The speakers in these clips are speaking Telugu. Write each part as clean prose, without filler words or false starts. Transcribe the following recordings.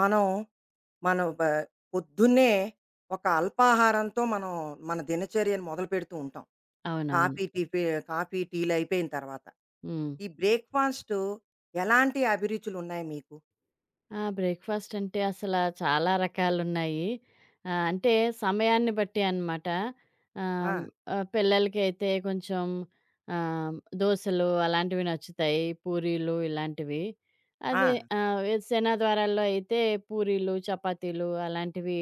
మనం, మనం పొద్దున్నే ఒక అల్పాహారంతో మనం మన దినచర్యను మొదలుపెడుతూ ఉంటాం. అవునవును. కాఫీ, టీ పే కాఫీ, టీలు అయిపోయిన తర్వాత. హ్మ్. ఈ బ్రేక్‌ఫాస్టు ఎలాంటి అభిరుచులున్నాయి మీకు? ఆ! బ్రేక్‌ఫాస్ట్ అంటే అసల చాలా రకాలున్నాయి. అంటే సమయాన్ని బట్టి అనమాట. ఆహ్, ఆ! ఆహ్, పిల్లలకైతే కొంచెం దోసలు అలాంటివి నచ్చుతాయి. పూరీలు ఇలాంటివి. ఆ! అదే ఏ సేనాద్వారాల్లో అయితే పూరీలు, చపాతీలు అలాంటివి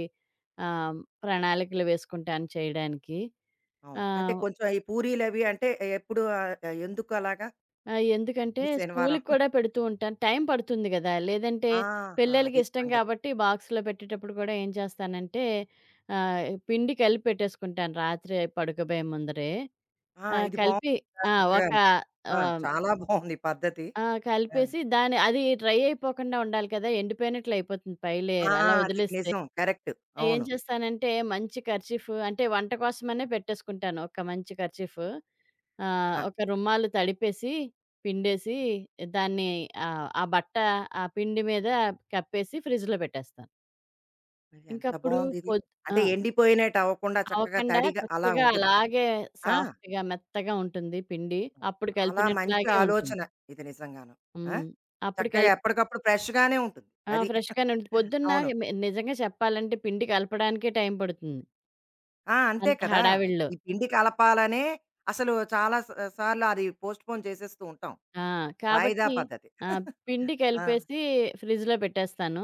ఆహ్, ప్రణాళికలు వేసుకుంటాను చేయడానికి. అవును. అంటే ఆహ్ కొంచెం ఈ పూరీలవి అంటే ఎందుకు అలాగా? ఆ! ఎందుకంటే ఈ శనివారం. స్కూలుకి కూడా పెడుతూ ఉంటాను. టైం పడుతుంది గదా! లేదంటే ఆహా! పిల్లలకి అది ఇష్టం సంగతి. కాబట్టి బాక్స్‌లో పెట్టేటప్పుడు కూడా ఏం చేస్తానంటే పిండి కలిపి పెట్టేసుకుంటాను రాత్రే పడుకోబోయే ముందరే. ఆ! ఆ! ఇది కలిపి బావుందా ఆ! చక్కగా. ఒక ఉంది. ఆ! ఆహ్, చాలా బావుంది ఈ పద్ధతి. ఆ! ఆ! కలిపేసి దాని అది డ్రై అయిపోకుండా ఉండాలి కదా! ఎండిపోయినట్లు అయిపోతుంది పై ఆ! లేయర్ అలా అది వదిలేస్తే. నిజం. కరెక్ట్. ఏం అవును. చేస్తానంటే మంచి కర్చీఫ్ అంటే వంట కోసమనే పెట్టేసుకుంటాను. ఒక మంచి కర్చీఫ్. ఆ! ఒక రుమాలు తడిపేసి, పిండేసి దాన్ని ఆ బట్ట ఆ పిండి మీద కప్పేసి ఫ్రిడ్జ్‌లో పెట్టేస్తాను. మరి ఎంత ఇంకప్పుడు బావుందిది. పొద్ అంటే ఆ! ఎండిపోయినట్టు అవ్వకుండా చక్కగా అవ్వకుండా తడిగా అలా చక్కగా ఉంటుంది. అలాగే ఆ! సాఫ్ట్‌గా మెత్తగా ఉంటుంది పిండి. అప్పుడు చాలా మంచి కలిపినట్లాగే ఉంటుంది. ఆలోచన ఇది నిజంగాను. ఆ! హ్మ్. అప్పుడు చక్కగా కలిపి ఎప్పటికప్పుడు ఫ్రెష్‌గానే ఉంటుంది. ఆ! అది. ఫ్రెష్‌గానే ఉంటుంది. పొద్దున్న అవును. నిజంగా చెప్పాలంటే పిండి కలపడానికే టైం పడుతుంది. ఆ! అంతే అంత కదా! హడావిడిలో. ఈ పిండి కలపాలనే అసలు చాలా సార్లు అది పోస్ట్‌పోన్ చేసేస్తూ ఉంటాం. ఆ! వాయిదా కాబట్టి పద్ధతి. ఆ! పిండి ఆ! కలిపేసి ఫ్రిడ్జ్‌లో పెట్టేస్తాను.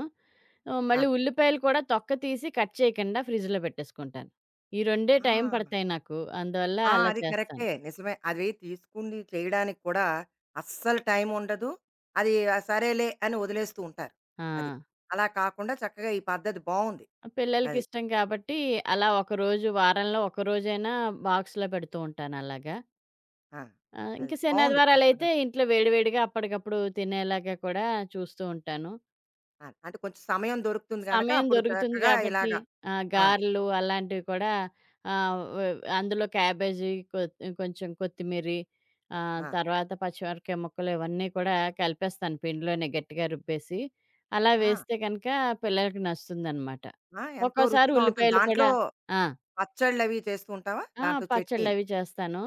ఆ! మళ్ళీ ఉల్లిపాయలు కూడా తొక్క తీసి కట్ చేయకుండా ఫ్రిడ్జ్‌లో పెట్టేసుకుంటాను. ఈ 2 ఆ! టైం పడతాయి నాకు. అందువల్ల ఆ! అలా అది చేస్తాను. కరెక్టే. నిజమే. అవి తీసుకుండి చేయడానికి కూడా అస్సలు టైం ఉండదు. అది సరేలే అని వదిలేస్తూ ఉంటారు. ఆ! అది. అలా కాకుండా చక్కగా ఈ పద్ధతి బావుంది. అది. పిల్లలకిష్టం కాబట్టి అలా ఒకరోజు వారంలో ఒకరోజైనా బాక్స్‌లో పెడుతూ ఉంటాను అలాగా. ఆ! అది ఇంక బావుంది కదా! శనాదివారాలైతే ఇంట్లో వేడి వేడిగా అప్పటికప్పుడు తినేలాగా కూడా చూస్తూ ఉంటాను. ఆ! అంటే కొంచెం సమయం దొరుకుతుంది గనక సమయం అప్పుడు దొరుకుతుంది చక్కగా కాబట్టి ఇలాగా ఆ! గారెలు అలాంటివి కూడా ఆహ్, వ్ అందులో క్యాబేజీ కొ కొంచెం కొత్తిమీరి, ఆ! తర్వాత పచ్చిమిరపకాయ ముక్కలు ఇవన్నీ కూడా కలిపేస్తాను పిండిలోనే గట్టిగా రుబ్బేసి. అలా ఆ! వేస్తే గనక పిల్లలకి నచ్చుతుందనమాట. ఆ! ఎంతో ఒక్కోసారి రుచిగా ఉంటుంది. ఉల్లిపాయలు దాంట్లో కూడా. ఆ! పచ్చళ్ళవి చేస్తూ ఉంటావా? ఆ! దాంట్లో చట్నీలు. పచ్చళ్ళవి చేస్తాను.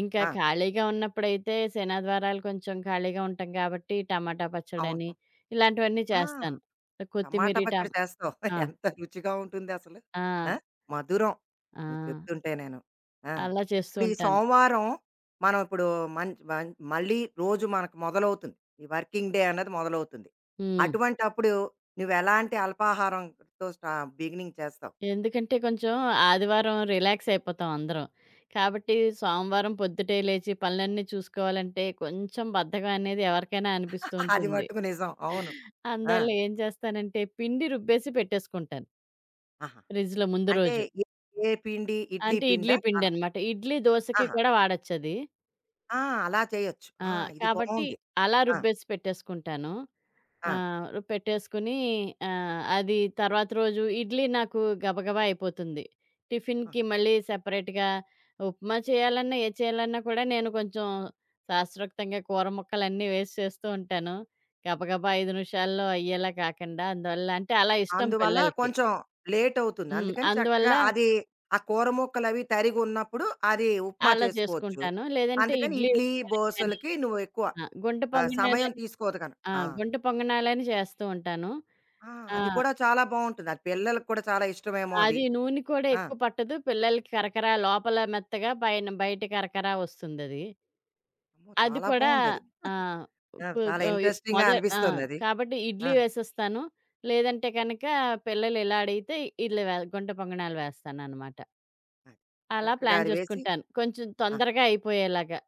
ఇంకా ఆ! ఖాళీగా ఉన్నప్పుడైతే శనివారాలు కొంచెం ఖాళీగా ఉంటాం కాబట్టి టమాటా పచ్చడని అవును. ఇలాంటివన్నీ ఆ! చేస్తాను. టమాటా కొత్తిమీరి పచ్చడి టమ్ చేస్తావు. ఆ! ఎంత రుచిగా ఉంటుందసలు. ఆ! ఆ! మధురం. ఆ! నువ్వు చెప్తుంటే నేను. ఆ! అలా చేస్తూ ఇప్పుడు ఈ ఉంటాను. సోమవారం మనం ఇప్పుడు మన్ మన్ మళ్ళీ రోజు మనకు మొదలవుతుంది. ఈ వర్కింగ్ డే అన్నది మొదలవుతుంది. హ్మ్. అటువంటప్పుడు నువ్వెలాంటి అల్పాహారంతో బిగినింగ్ చేస్తావు? ఎందుకంటే కొంచెం ఆదివారం రిలాక్స్ అయిపోతాం అందరం. కాబట్టి సోమవారం పొద్దుటే లేచి పనులన్నీ చూసుకోవాలంటే కొంచెం బద్ధకం అనేది ఎవరికైనా అనిపిస్తూ అది ఉంటుంది. మట్టుకు నిజం. అవును. ఆ! అందువల్ల ఏం చేస్తానంటే పిండి రుబ్బేసి పెట్టేసుకుంటాను. ఆహా! ఫ్రిడ్జ్‌లో ముందు అంటే రోజు. ఏ ఏ పిండి? ఇడ్లీ అంటే ఇడ్లీ పిండా? అలా. పిండనమాట. ఇడ్లీ, దోసకి ఆహా! కూడా వాడొచ్చది. ఆ! అలా చేయొచ్చు. ఆ! ఆ! ఇది కాబట్టి బావుంది. అలా ఆ! రుబ్బేసి పెట్టేసుకుంటాను. ఆ! ఆహ్, రు పెట్టేసుకొని అది తర్వాత రోజు ఇడ్లీ నాకు గబగబా అయిపోతుంది. ఆ! టిఫిన్‌కి మళ్ళీ సెపరేట్‌గా ఉప్మా చేయాలన్నా, ఏది చేయాలన్నా కూడా నేను కొంచెం శాస్త్రోక్తంగా కూర ముక్కలన్నీ వేసి చేస్తూ ఉంటాను. గబగబా 5 నిమిషాల్లో అయ్యేలా కాకుండా. అందువల్ల అంటే అలా ఇష్టం అందువల్ల పిల్లలకి. కొంచెం లేట్ అవుతుంది. హ్మ్. అందుకని చక్కగా అందువల్ల అది ఆ కూర ముక్కలవి తరిగున్నప్పుడు అది ఉప్మా అలా చేసుకోవచ్చు. చేసుకుంటాను. లేదంటే అందుకని ఇడ్లీ ఇడ్లీ, ఉప్మాని గాని, దోసలకి నువ్వు ఎక్కువ ఆ! గుంట సమయం పొంగనాలని తీసుకోదు ఆ! ఆ! గుంట పొంగనాలని చేస్తూ ఉంటాను. ఆ! ఆ! అది కూడా చాలా బావుంటుంది. అది పిల్లలకి కూడా చాలా ఇష్టమేమో అది. అది నూనె కూడా ఆ! ఎక్కువ పట్టదు. పిల్లలకి కరకర లోపల మెత్తగా, పైన బయట కరకర వస్తుందది. అమ్మో! అది చాలా కూడా బావుందది. ఆ! ఆ! కు చాలా ఆహ్, ఇంట్రెస్టింగ్‌గా మొద ఆ! అనిపిస్తోందది. కాబట్టి ఆ! ఇడ్లీ వేసేస్తాను. లేదంటే కనుక పిల్లలు ఇలా అడిగితే ఇడ్లీ వే గుంట పొంగణాలు వేస్తాననమాట. అది. అలా చక్కగా ప్లాన్ అది వేసి చేసుకుంటాను. కొంచెం ఆ! తొందరగా అయిపోయేలాగా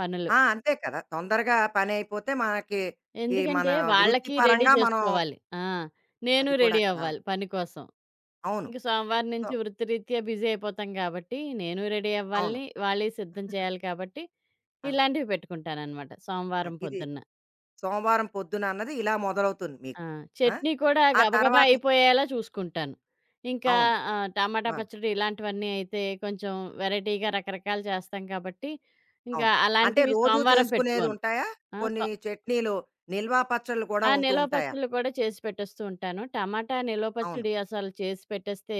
పనులు. ఆ! అంతే కదా! తొందరగా పనైపోతే మనకి ఈ మన ఎందుకంటే వాళ్ళకి రెడీ వృత్తిపరంగా మనం చేసుకోవాలి. ఆ! నేను అది కూడా రెడీ కదా! అవ్వాలి పని కోసం. అవును. ఇంక సోమవారం సో నుంచి వృత్తిరీత్యా బిజీ అయిపోతాం గాబట్టి, నేను రెడీ అవును. అవ్వాలని, వాళ్ళయి సిద్ధం చేయాలి కాబట్టి, అవును. ఇలాంటివి పెట్టుకుంటాననమాట అది. సోమవారం ఇది పొద్దున్న. సోమవారం పొద్దున అన్నది ఇలా మొదలవుతుంది మీకు. ఆ! ఆ! చట్నీ కూడా ఆ గబగబా తర్వాత అయిపోయేలా చూసుకుంటాను. ఇంకా అవును. టమాటా ఆ! పచ్చడి ఇలాంటివన్నీ అయితే కొంచెం వెరైటీగా రకరకాలు చేస్తాం కాబట్టి, ఇంకా అవును. అంటే అలాంటివి రోజూ సోమవారం చేసుకునేది పెట్టుకోను. ఉంటాయా? ఆ! సో కొన్ని చట్నీలు, నిల్వ పచ్చళ్ళు కూడా ఆ! ఉంటూ నిలవ ఉంటాయా? పచ్చళ్ళు కూడా చేసి పెట్టేస్తూ ఉంటాను. టమాటా నిలవ అవును. పచ్చడి అసలు చేసి పెట్టేస్తే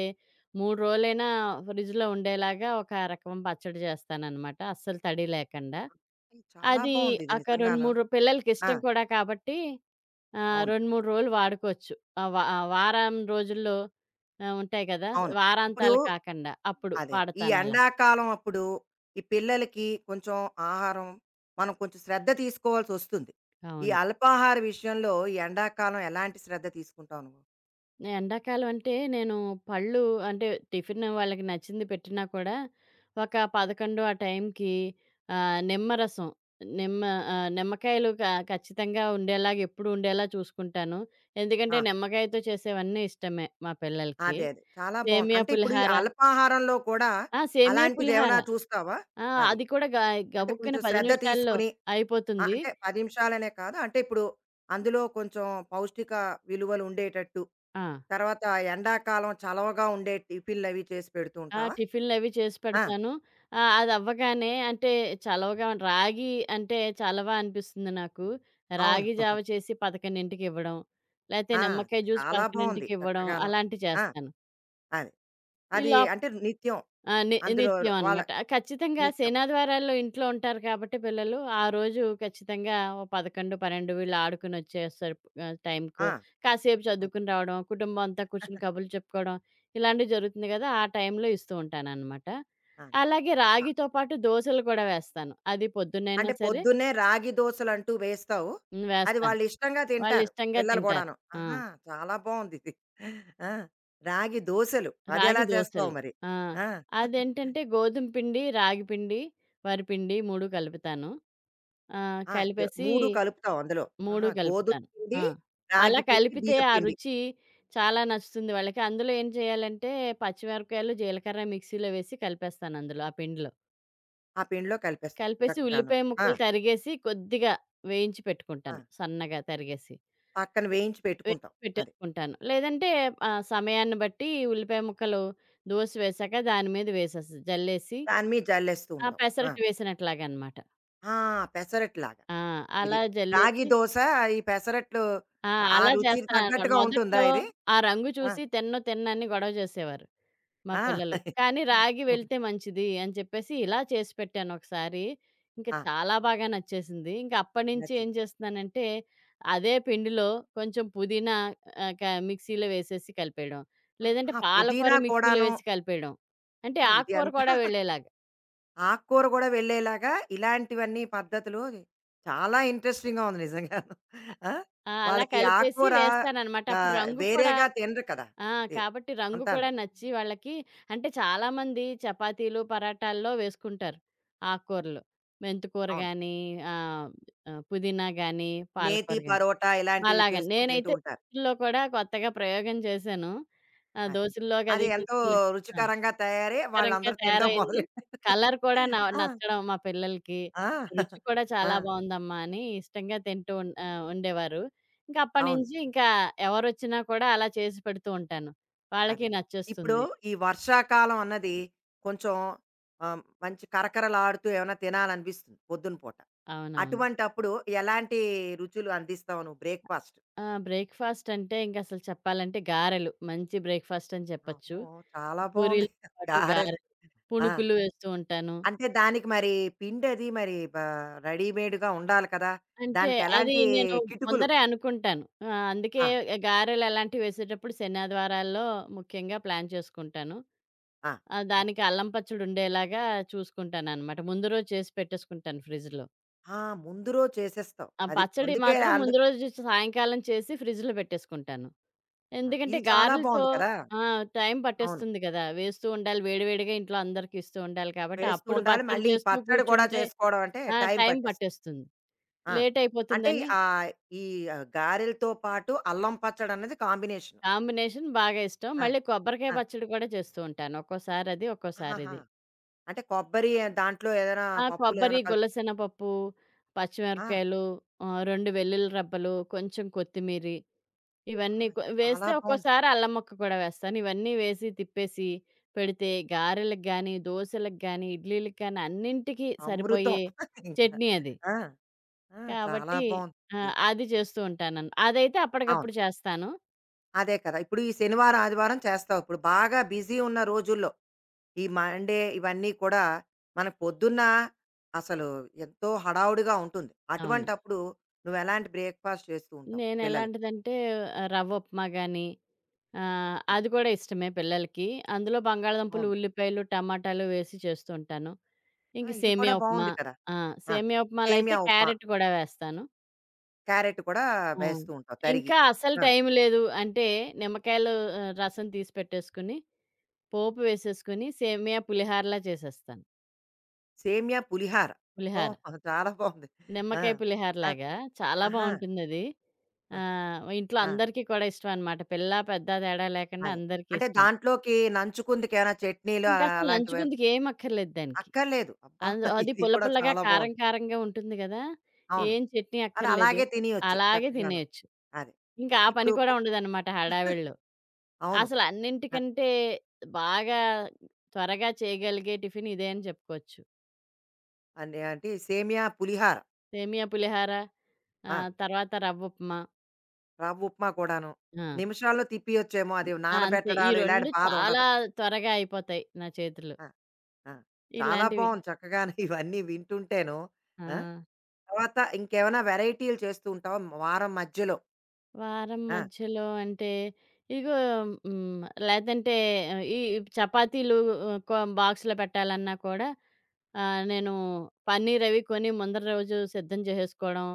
3 రోజులైనా ఫ్రిడ్జ్‌లో ఉండేలాగా ఒక రకం పచ్చడి చేస్తాననమాట. అస్సలు తడి లేకుండా. ఇది చాలా అది బావుంది ఇది ఒక 2, నిజంగాను. 3 పిల్లలకి ఆ! ఇష్టం కూడా కాబట్టి అవును. 2, 3 రోజులు వాడుకోవచ్చు. ఆహ్, వ వారం రోజుల్లో ఉంటాయి కదా! అవును. ఇప్పుడు వారాంతాలు కాకండా అప్పుడు అదే. ఈ వాడతానలా. ఎండాకాలం అప్పుడు ఈ పిల్లలకి కొంచెం ఆహారం మనం కొంచెం శ్రద్ధ తీసుకోవాల్సొస్తుంది. ఈ అవును. అల్పాహార విషయంలో ఈ ఎండాకాలం ఎలాంటి శ్రద్ధ తీసుకుంటావు నువ్వు? ఎండాకాలం అంటే నేను పళ్ళు అంటే టిఫిన్ వాళ్ళకి నచ్చింది పెట్టినా కూడా ఒక 11 ఆ టైంకి ఆ, నిమ్మరసం నిమ్మ ఆ, ఖచ్చితంగా ఉండేలాగా ఎప్పుడు ఉండేలా చూసుకుంటాను. ఎందుకంటే ఆ! నిమ్మకాయతో చేసేవన్నీ ఇష్టమే మా పిల్లలకి. అదే. అదే. చాలా బావుంది. సేమియా అంటే ఇప్పుడు ఈ పులిహార అల్పాహారంలో కూడా సేమియా పులిహార అలాంటిదేమైనా చూస్తావా? ఆ, అది. అది కూడా అంటే గబుక్కున కొంచెం పది శ్రద్ధ నిమిషాల్లో తీసుకొని అయిపోతుంది. అంటే 10 నిమిషాలనే కాదు. అంటే ఇప్పుడు అందులో కొంచెం పౌష్టిక విలువలు ఉండేటట్టు, తర్వాత ఎండాకాలం చలవగా ఉండే టిఫిన్‌లవి చేసి పెడుతూ ఆ! ఉంటావా? టిఫిన్‌లవి చేసి ఆ! పెడతాను. అదవ్వగానే అంటే చలవగా రాగి అంటే చలవ అనిపిస్తుంది నాకు. అవును. రాగి జావ చేసి 11కి ఇవ్వడం, లేతే ఆ! నిమ్మకాయ జ్యూస్ చాలా బావుంది. 11కి ఇవ్వడం చక్కగాను. అలాంటివి ఆ! చేస్తాను. అది. ఈ అది లో అంటే నిత్యం ఆ! అందులో నిత్యం వాళ్ళ అనమాట. ఖచ్చితంగా నిత్యం. శనాదివారాల్లో ఇంట్లో ఉంటారు కాబట్టి పిల్లలు, ఆ రోజు ఖచ్చితంగా ఓ 11, 12 వీళ్ళు ఆడుకొనొచ్చేస్తారు టైంకు. ఆ! కాసేపు అది. చదువుకుని రావడం, కుటుంబం అంతా కూర్చొని కబుర్లు చెప్పుకోవడం, ఇలాంటివి జరుగుతుంది కదా! ఆ టైంలో ఇస్తూ ఉంటాననమాట. అలాగే ఆ! రాగితో పాటు దోసలు కూడా వేస్తాను. అది పొద్దున్నైనా అంటే సరే. పొద్దున్నే రాగి దోసలంటూ వేస్తావు. హ్మ్. అది వేస్తాను. వాళ్ళిష్టంగా తింటారు వాళ్ళిష్టంగా పిల్లలు తింటారు. గూడాను. ఆ! ఆహా! చాలా బావుందిది. ఆ! రాగి దోసలు అదెలా రాగి చేస్తావు దోసలు. మరి? ఆ! ఆ! అదేంటంటే గోధుమ పిండి, రాగి పిండి, వరి పిండి 3 కలుపుతాను. ఆ! కలిపేసి 3 కలుపుతావు అందులో. ఆహా! 3 గోధుమ కలుపుతాను. పిండి, ఆ! అలా రాగి పిండి, కలిపితే బియ్య ఆ పిండి. రుచి చాలా నచ్చుతుంది వాళ్ళకి. అందులో ఏం చేయాలంటే పచ్చిమిరపకాయలు, జీలకర్ర మిక్సీలో వేసి కలిపేస్తాను అందులో ఆ పిండిలో. ఆ పిండిలో కలిపేస్తావు కలిపేసి చక్కగాను. ఉల్లిపాయ ఆ! ముక్కలు తరిగేసి కొద్దిగా వేయించి ఆ! పెట్టుకుంటాను సన్నగా తరిగేసి. పక్కన వేయించి వేసి పెట్టుకుంటావు. అది. పెట్టేసుకుంటాను. లేదంటే సమయాన్ని బట్టి ఉల్లిపాయ ముక్కలు దోస వేశాక దాని మీద వేసేస్తా. జల్లేసి దాని మీద జల్లేస్తూ ఆ! ఉంటావు. ఆ! పెసరట్టు వేసినట్లాగనమాట. ఆ! పెసరట్టులాగా ఆ! ఇది. అలా రాగి జల్లేసి దోస, ఈ పెసరట్లు ఆ! ఆ అలా రుచికి చేస్తాననమాట. తగ్గట్టుగా ఉంటుందా మొదట్లో ఇది? ఆ రంగు ఆ! చూసి తినను తిననని గొడవ చేసేవారు. మా ఆ! పిల్లలు. కానీ రాగి వెళ్తే మంచిది అని చెప్పేసి ఇలా చేసి పెట్టాను ఒకసారి. ఇంక ఆ! చాలా బాగా నచ్చేసింది. ఇంక అప్పటినుంచి ఏం నచ్చింది. చేస్తున్నానంటే, అదే పిండిలో కొంచెం పుదీనా ఆహ్, క మిక్సీలో వేసేసి కలిపేయడం. లేదంటే ఆహా! పాలకూర పుదీనా మిక్సీలో కూడాను. వేసి కలిపేయడం. అంటే ఓహ్! ఇది ఆకుకూర అంతా కూడా వెళ్ళేలాగా. ఆకుకూర గూడా వెళ్ళేలాగా ఇలాంటివన్నీ పద్ధతులు చాలా ఇంట్రెస్టింగ్‌గా ఉంది నిజంగాను. ఆ! ఆ! అలా వాళ్ళకి కలిపేసి ఆకుకూర వేస్తాననమాట. అప్పుడు రంగు కూడా వేరేగా తినరు కదా! ఆ! ఎ కాబట్టి రంగు అంతాను. కూడా నచ్చి వాళ్ళకి. అంటే చాలామంది చపాతీలు, పరాటాల్లో వేసుకుంటారు ఆకుకూరలు. మెంతికూర అవును. గానీ, ఆహ్, ఆహ్, పుదీనా గానీ, మేతి పాలకూర గానీ పరోటా ఇలాంటివి అలాగని. చేసుకొని తింటూ నేనైతే ఉంటారు. దోసల్లో కూడా కొత్తగా ప్రయోగం చేశాను. ఆ! అది. దోసల్లోకి అది అది ఎంతో మిక్స్‌లు. ఆ! రుచికరంగా తయారై రుచికరంగా వాళ్ళందరూ తినడం తయారైంది. మొదలెట్టారు. కలర్ కూడా ఆ! నచ్చడం మా పిల్లలకి. ఆ! రుచి కూడా ఆ! చాలా బావుందమ్మా! అని ఇష్టంగా ఉండేవారు. ఇంకా అవును. అప్పటినుంచి ఇంకా ఎవరొచ్చినా కూడా అలా చేసి పెడుతూ ఉంటాను. వాళ్ళకి అదే. ఇప్పుడు నచ్చేస్తుంది. ఈ వర్షాకాలం అన్నది కొంచెం మంచి కరకరలాడుతూ ఏమైనా తినాలనిపిస్తుంది పొద్దున పూట. అవునవును. అటువంటప్పుడు ఎలాంటి రుచులు అందిస్తావు నువ్వు బ్రేక్‌ఫాస్ట్? ఆ! బ్రేక్‌ఫాస్ట్ అంటే ఇంకసలు చెప్పాలంటే గారెలు. మంచి బ్రేక్‌ఫాస్ట్ అని చెప్పొచ్చు. అమ్మో! చాలా బావుంది. పూరీలతో పాటు గారెలు. గారెలు. ఆ! పుణుకులు వేస్తూ ఉంటాను. అంటే దానికి మరి పిండది మరి రెడీమేడ్‌గా ఉండాలి కదా! అంటే దానికి అది ఎలాంటి నేను కిటుకులు? ముందరే అనుకుంటాను. ఆ! అందుకే ఆ! గారెలు అలాంటివి వేసేటప్పుడు శనివారాల్లో ముఖ్యంగా ప్లాన్ చేసుకుంటాను. ఆ! ఆ! అది. దానికి అల్లం పచ్చడి ఉండేలాగా చూసుకుంటాననమాట. ముందు రోజు చేసి పెట్టేసుకుంటాను ఫ్రిడ్జ్‌లో. ఆ! ముందు రోజు చేసేస్తావు. ఆ అది. పచ్చడి అందుకే మాత్రం ముందు రోజు సాయంకాలం చేసి ఫ్రిడ్జ్‌లో పెట్టేసుకుంటాను. ఆ! ఎందుకంటే ఇది చాలా గారెలతో బావుంది కదా! ఆ! టైం అవును. పట్టేస్తుంది కదా! వేస్తూ ఉండాలి. వేడి వేడిగా ఇంట్లో అందరికి ఇస్తూ ఉండాలి కాబట్టి వేస్తూ అప్పుడు ఉండాలి. పచ్చడి మళ్ళీ ఈ చేస్తూ పచ్చడి కూడా కూర్చుంటే చేసుకోవడం అంటే ఆ! టైం టైం పట్టేస్తుంది. పట్టేస్తుంది. ఆ! లేట్ అంటే అయిపోతుందని ఆహ్, ఈ గారెలతో పాటు అల్లం పచ్చడన్నది కాంబినేషన్. కాంబినేషన్ బాగా ఇష్టం. ఆ! మళ్ళీ కొబ్బరికాయ ఆ! పచ్చడి కూడా చేస్తూ ఉంటాను. ఒక్కోసారి అది, ఒక్కోసారి ఆహాహా! ఇది. అంటే కొబ్బరి దాంట్లో ఏదైనా ఆ! కొబ్బరి, పప్పులేమైనా కలుపు గులసెనపప్పు, ఆ! పచ్చిమిరపకాయలు, 2 వెల్లుల్లి రబ్బలు, కొంచెం కొత్తిమీరి ఆ! ఇవన్నీ ఇది చాలా వేస్తే బావుంది. ఒక్కోసారి అల్లం ముక్క కూడా వేస్తాను. ఇవన్నీ వేసి తిప్పేసి పెడితే గారెలకు గానీ, దోసెలకు గానీ, ఇడ్లీలకి గానీ అన్నింటికి అమృతం. సరిపోయే ఇంకా. చట్నీ అది. ఆ! ఆ! చాలా కాబట్టి బావుంది ఆ! ఇది. అది చేస్తూ ఉంటానన్ అదైతే అవును. అప్పటికప్పుడు చేస్తాను. అదే కదా! ఇప్పుడు ఈ శనివారం, ఆదివారం చేస్తావు. ఇప్పుడు బాగా బిజీ ఉన్న రోజుల్లో ఈ మండే ఇవన్నీ కూడా మన పొద్దున్న అసలు ఎంతో హడావుడిగా ఉంటుంది. అవును. అటువంటప్పుడు నువ్వెలాంటి బ్రేక్‌ఫాస్ట్ చేస్తూ ఉంటావు పిల్లలకి? నేనెలాంటిదంటే రవ్వ ఉప్మా గానీ ఆ! ఆ! అది కూడా ఇష్టమే పిల్లలకి. అందులో బంగాళదుంపలు, అవును. ఉల్లిపాయలు, టమాటాలు వేసి చేస్తూ ఉంటాను. ఆ! ఇంక ఇది కూడా సేమియా ఉప్మా. బావుంది కదా! ఆ! ఆ! సేమియా ఉప్మాలయితే సేమియా ఉప్మా, క్యారెట్ కూడా వేస్తాను. క్యారెట్ కూడా ఆ! వేస్తూ ఉంటావు తరిగి. ఇంకా అసలు ఆ! టైం లేదు అంటే నిమ్మకాయలు రసం తీసి పెట్టేసుకొని, పోపు వేసేసుకొని సేమియా పులిహారలా చేసేస్తాను. సేమియా పులిహార. అబ్బో! పులిహార. చాలా బావుంది. ఆ! నిమ్మకాయ ఆ! పులిహారలాగా చాలా ఆహా! బావుంటుందది. ఆహా! ఇంట్లో ఆ! అందరికీ కూడా ఇష్టమనమాట. పిల్లా, పెద్దా తేడా లేకుండా అదే. అందరికీ అంటే ఇష్టం. దాంట్లోకి నంచుకుందుకేమైనా చట్నీలు ఇంకసలు లంచ్ అలాంటివేమైనా గుందుకేం అక్కర్లేదు దానికి. అక్కర్లేదు. అబ్బా! అందు అది ఇది పుల్ల కూడా పుల్లగా, చాలా కారం బావుంది. కారంగా ఉంటుంది గదా! అవును. ఏం చట్నీ అది అక్కర్లేదు. అలాగే తినేయొచ్చు అలాగే చక్కగాను. తినేయొచ్చు. అదే. ఇంకా ఆ పని ఇప్పుడు కూడా ఉండదనమాట హడావిడిలో. అవును. అసలు అద్ అన్నింటికంటే బాగా త్వరగా చేయగలిగే టిఫిన్ ఇదే అని చెప్పుకోవచ్చు. అంటే అంటే సేమియా పులిహార. సేమియా పులిహార, ఆ! తర్వాత రవ్వ ఉప్మా. రవ్వ ఉప్మా కూడాను. ఆ! నిమిషాల్లో తిప్పియచ్చేమో అది ఆ! అంతే. ఈ నానబెట్టడాలు ఇలాంటి 2 బాధ చాలా ఉండదు. త్వరగా అయిపోతాయి నా చేతిలో. ఆ! ఆ! చాలా ఇలాంటివి. బావుంది చక్కగాను ఇవన్నీ వింటుంటేను. ఆ! ఆ! తర్వాత ఇంకేమైనా వెరైటీలు చేస్తూ ఉంటావా వారం మధ్యలో? వారం ఆ! మధ్యలో అంటే ఇగో హ్మ్. లేదంటే ఈ చపాతీలు బాక్స్‌లో పెట్టాలన్నా కూడా నేను పన్నీర్ అవి కొని ముందర రోజు సిద్ధం చేసేసుకోవడం.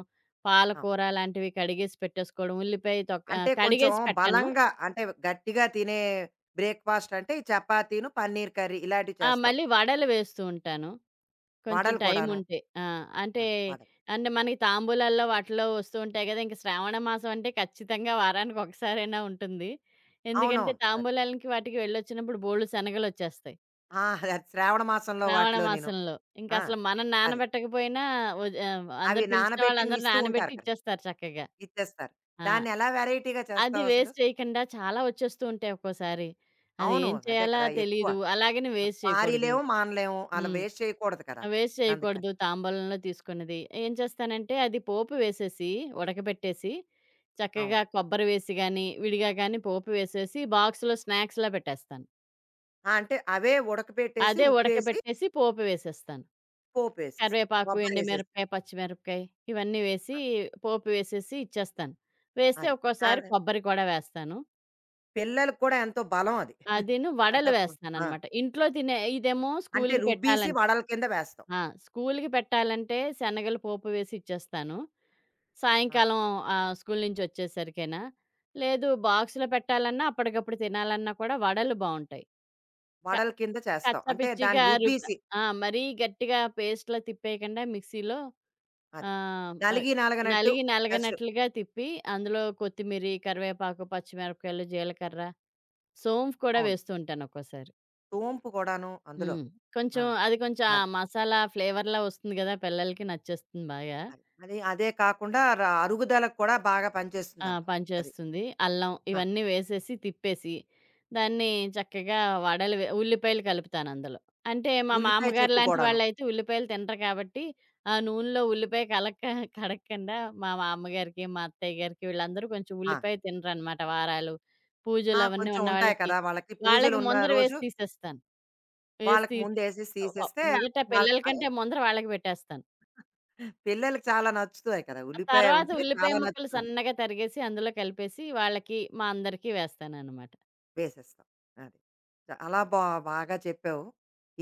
అవును. పాలకూర లాంటివి కడిగేసి పెట్టేసుకోవడం. ఉల్లిపాయ తొక్క అంటే కొంచెం కడిగేసి పెట్టను. బలంగా అంటే గట్టిగా తినే బ్రేక్‌ఫాస్ట్ అంటే ఈ చపాతీను, పన్నీర్ కర్రీ ఇలాంటివి ఆ! చేస్తావు. మళ్ళీ వడలు వేస్తూ ఉంటాను. కొంచెం వడలు కూడాను. టైముంటే. ఆ! ఆ! అంటే, వడలు. అంటే మనకి తాంబూలాల్లో వాటిలో వస్తూ ఉంటాయి గదా! ఇంక శ్రావణ మాసం అంటే ఖచ్చితంగా వారానికొకసారైనా ఉంటుంది. ఎందుకంటే, అవునవును. తాంబూలాలకి వాటికి వెళ్ళొచ్చినప్పుడు బోలెడు శనగలొచ్చేస్తాయి. ఆ! అది శ్రావణ మాసంలో శ్రావణ వాటిలోనేను. మాసంలో. ఆ! ఇంకసలు మనం అదే. నానబెట్టకపోయినా అవి అందరూ పిలిచిన నానబెట్టినవి వాళ్ళందరూ ఇస్తూ ఉంటారు నానబెట్టి కదా! ఇచ్చేస్తారు చక్కగా. ఇచ్చేస్తారు. ఆ! దాన్ని ఎలా వెరైటీగా అది చేస్తావసలు? వేస్ట్ చేయకుండా చాలా వచ్చేస్తూ ఉంటాయి ఒక్కోసారి. అది అవును. ఏం అదే చేయాలా కదా! ఎక్కువ. తెలీదు. అలాగని వేస్ట్ చేయకూడదు. పారేయలేము, మానలేము. అలా హ్మ్. వేస్ట్ చేయకూడదు కదా! వేస్ట్ అందుకని. చేయకూడదు తాంబూలంలో తీసుకున్నది. ఏం చేస్తానంటే అది పోపు వేసేసి, ఉడకబెట్టేసి, చక్కగా అవును. కొబ్బరి వేసి గాని, విడిగా గాని పోపు వేసేసి బాక్స్‌లో స్నాక్స్‌లా పెట్టేస్తాను. ఆ! అంటే అవే ఉడకబెట్టేసి, అదే ఉప్పేసి, ఉడకబెట్టేసి పోపు వేసేస్తాను. పోపేసేస్తాం. కరివేపాకు, కొబ్బరేసేసి. ఎండుమిరపకాయ, పచ్చిమిరపకాయ ఇవన్నీ వేసి, ఆ! పోపు వేసేసి ఇచ్చేస్తాను. వేస్తే అది. ఒక్కోసారి దాని కొబ్బరి కూడా వేస్తాను. పిల్లలకి కూడా ఎంతో బలం అది. అదీను అంతా వడలు ఆ! వేస్తాననమాట. ఇంట్లో తినే ఇదేమో అంటే స్కూలుకి రుబ్బీసి పెట్టాలంటే వడల కింద వేస్తాం. ఆ! స్కూలుకి పెట్టాలంటే శనగలు పోపు వేసి ఇచ్చేస్తాను. ఆ! సాయంకాలం స్కూలు నుంచొచ్చేసరికైనా. లేదు బాక్స్‌లో పెట్టాలన్నా, అప్పటికప్పుడు తినాలన్నా కూడా వడలు బావుంటాయి. క వడల కింద చేస్తాం. కచ్చా అంటే దాన్ని పిచ్చిగా రుబ్బ రుబ్బీసి ఆ! మరీ గట్టిగా పేస్ట్‌లా తిప్పేయకుండా మిక్సీలో అది. ఆహ్, ఆహ్, నలిగి నలగనట్టు నలిగి జస్ట్ నలగనట్లుగా తిప్పి అందులో కొత్తిమీరి, కరివేపాకు, పచ్చిమిరపకాయలు, జీలకర్ర సోంఫ్ కూడా అవును. వేస్తూ ఉంటాను ఒక్కోసారి. సోంపు కూడాను అందులో. హ్మ్. ఆ! కొంచెం అది కొంచెం ఆ అది. మసాలా ఫ్లేవర్‌లా వస్తుంది గదా! పిల్లలకి నచ్చేస్తుంది బాగా. అది. అది అదే కాకుండా అరుగుదలకు కూడా బాగా ఆ! పనిచేస్తుందంటావు. అది. పనిచేస్తుంది. అల్లం ఆ! ఇవన్నీ వేసేసి, తిప్పేసి, దాన్ని చక్కగా వడలు వే ఉల్లిపాయలు కలుపుతానందులో. అంటే మా ఉల్లిపాయ మామగారు చెక్కు లాంటి గూడాను. వాళ్ళైతే ఉల్లిపాయలు తినరు కాబట్టి, ఆ నూనెలో ఉల్లిపాయ కలక్క కడక్కండా మా మామ్మగారికి, మా అత్తయ్య గారికి వీళ్ళందరూ కొంచెం ఆ! ఉల్లిపాయ తినరనమాట వారాలు, ఆ! పూజలు అవన్నీ కొంచెం ఉన్న ఉంటాయి వాళ్ళకి. కదా! వాళ్ళకి వాళ్ళకి పూజలున్న ముందర రోజు వేసి తీసేస్తాను. వేసి వాళ్ళకి తీసి ముందేసేసి తీసేస్తే మొదట వాళ్ళ పిల్లల కంటే ముందర వాళ్ళకి పెట్టేస్తాను. పిల్లలకి చాలా నచ్చుతాయి కదా! ఆ ఉల్లిపాయ తర్వాత ఉంటే ఉల్లిపాయ చాలా ముక్కలు నచ్చుతుంది. సన్నగా తరిగేసి అందులో కలిపేసి వాళ్ళకి, మా అందరికీ వేస్తాననమాట. వేసేస్తాం. అది. చాలా బాగా చెప్పావు.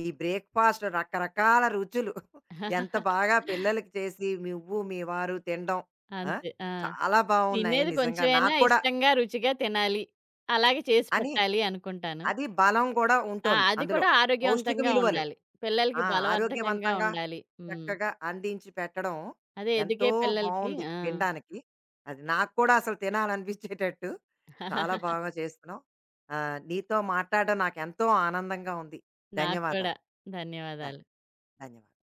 ఈ బ్రేక్‌ఫాస్ట్ రకరకాల రుచులు ఎంత బాగా పిల్లలకి చేసి నువ్వు, మీ వారు తినడం. ఆ! అంతే. ఆ! చాలా బావున్నాయి తినేది నిజంగా. కొంచెమైనా నాకు కూడా ఇష్టంగా, రుచిగా తినాలి. అలాగే చేసి అని పెట్టాలి అనుకుంటాను. అది బలం కూడా ఆ! ఉంటోంది అది అందులో. కూడా పౌష్టిక ఆరోగ్యవంతంగా విలువలు. ఉండాలి. పిల్లలకి ఆ! బలవర్ధకంగా ఆరోగ్యవంతంగా ఉండాలి. హ్మ్. చక్కగా అందించి పెట్టడం అదే ఎదిగే ఎంతో పిల్లలకి బావుంది ఆ! వినడానికి. అది నాకు కూడా అసలు తినాలనిపించేటట్టు చాలా బాగా చేస్తున్నావు. నీతో మాట్లాడడం నాకెంతో ఆనందంగా ఉంది. నాకు కూడా. ధన్యవాదాలు. ధన్ ధన్యవాదాలు. ధన్యవాదాలు.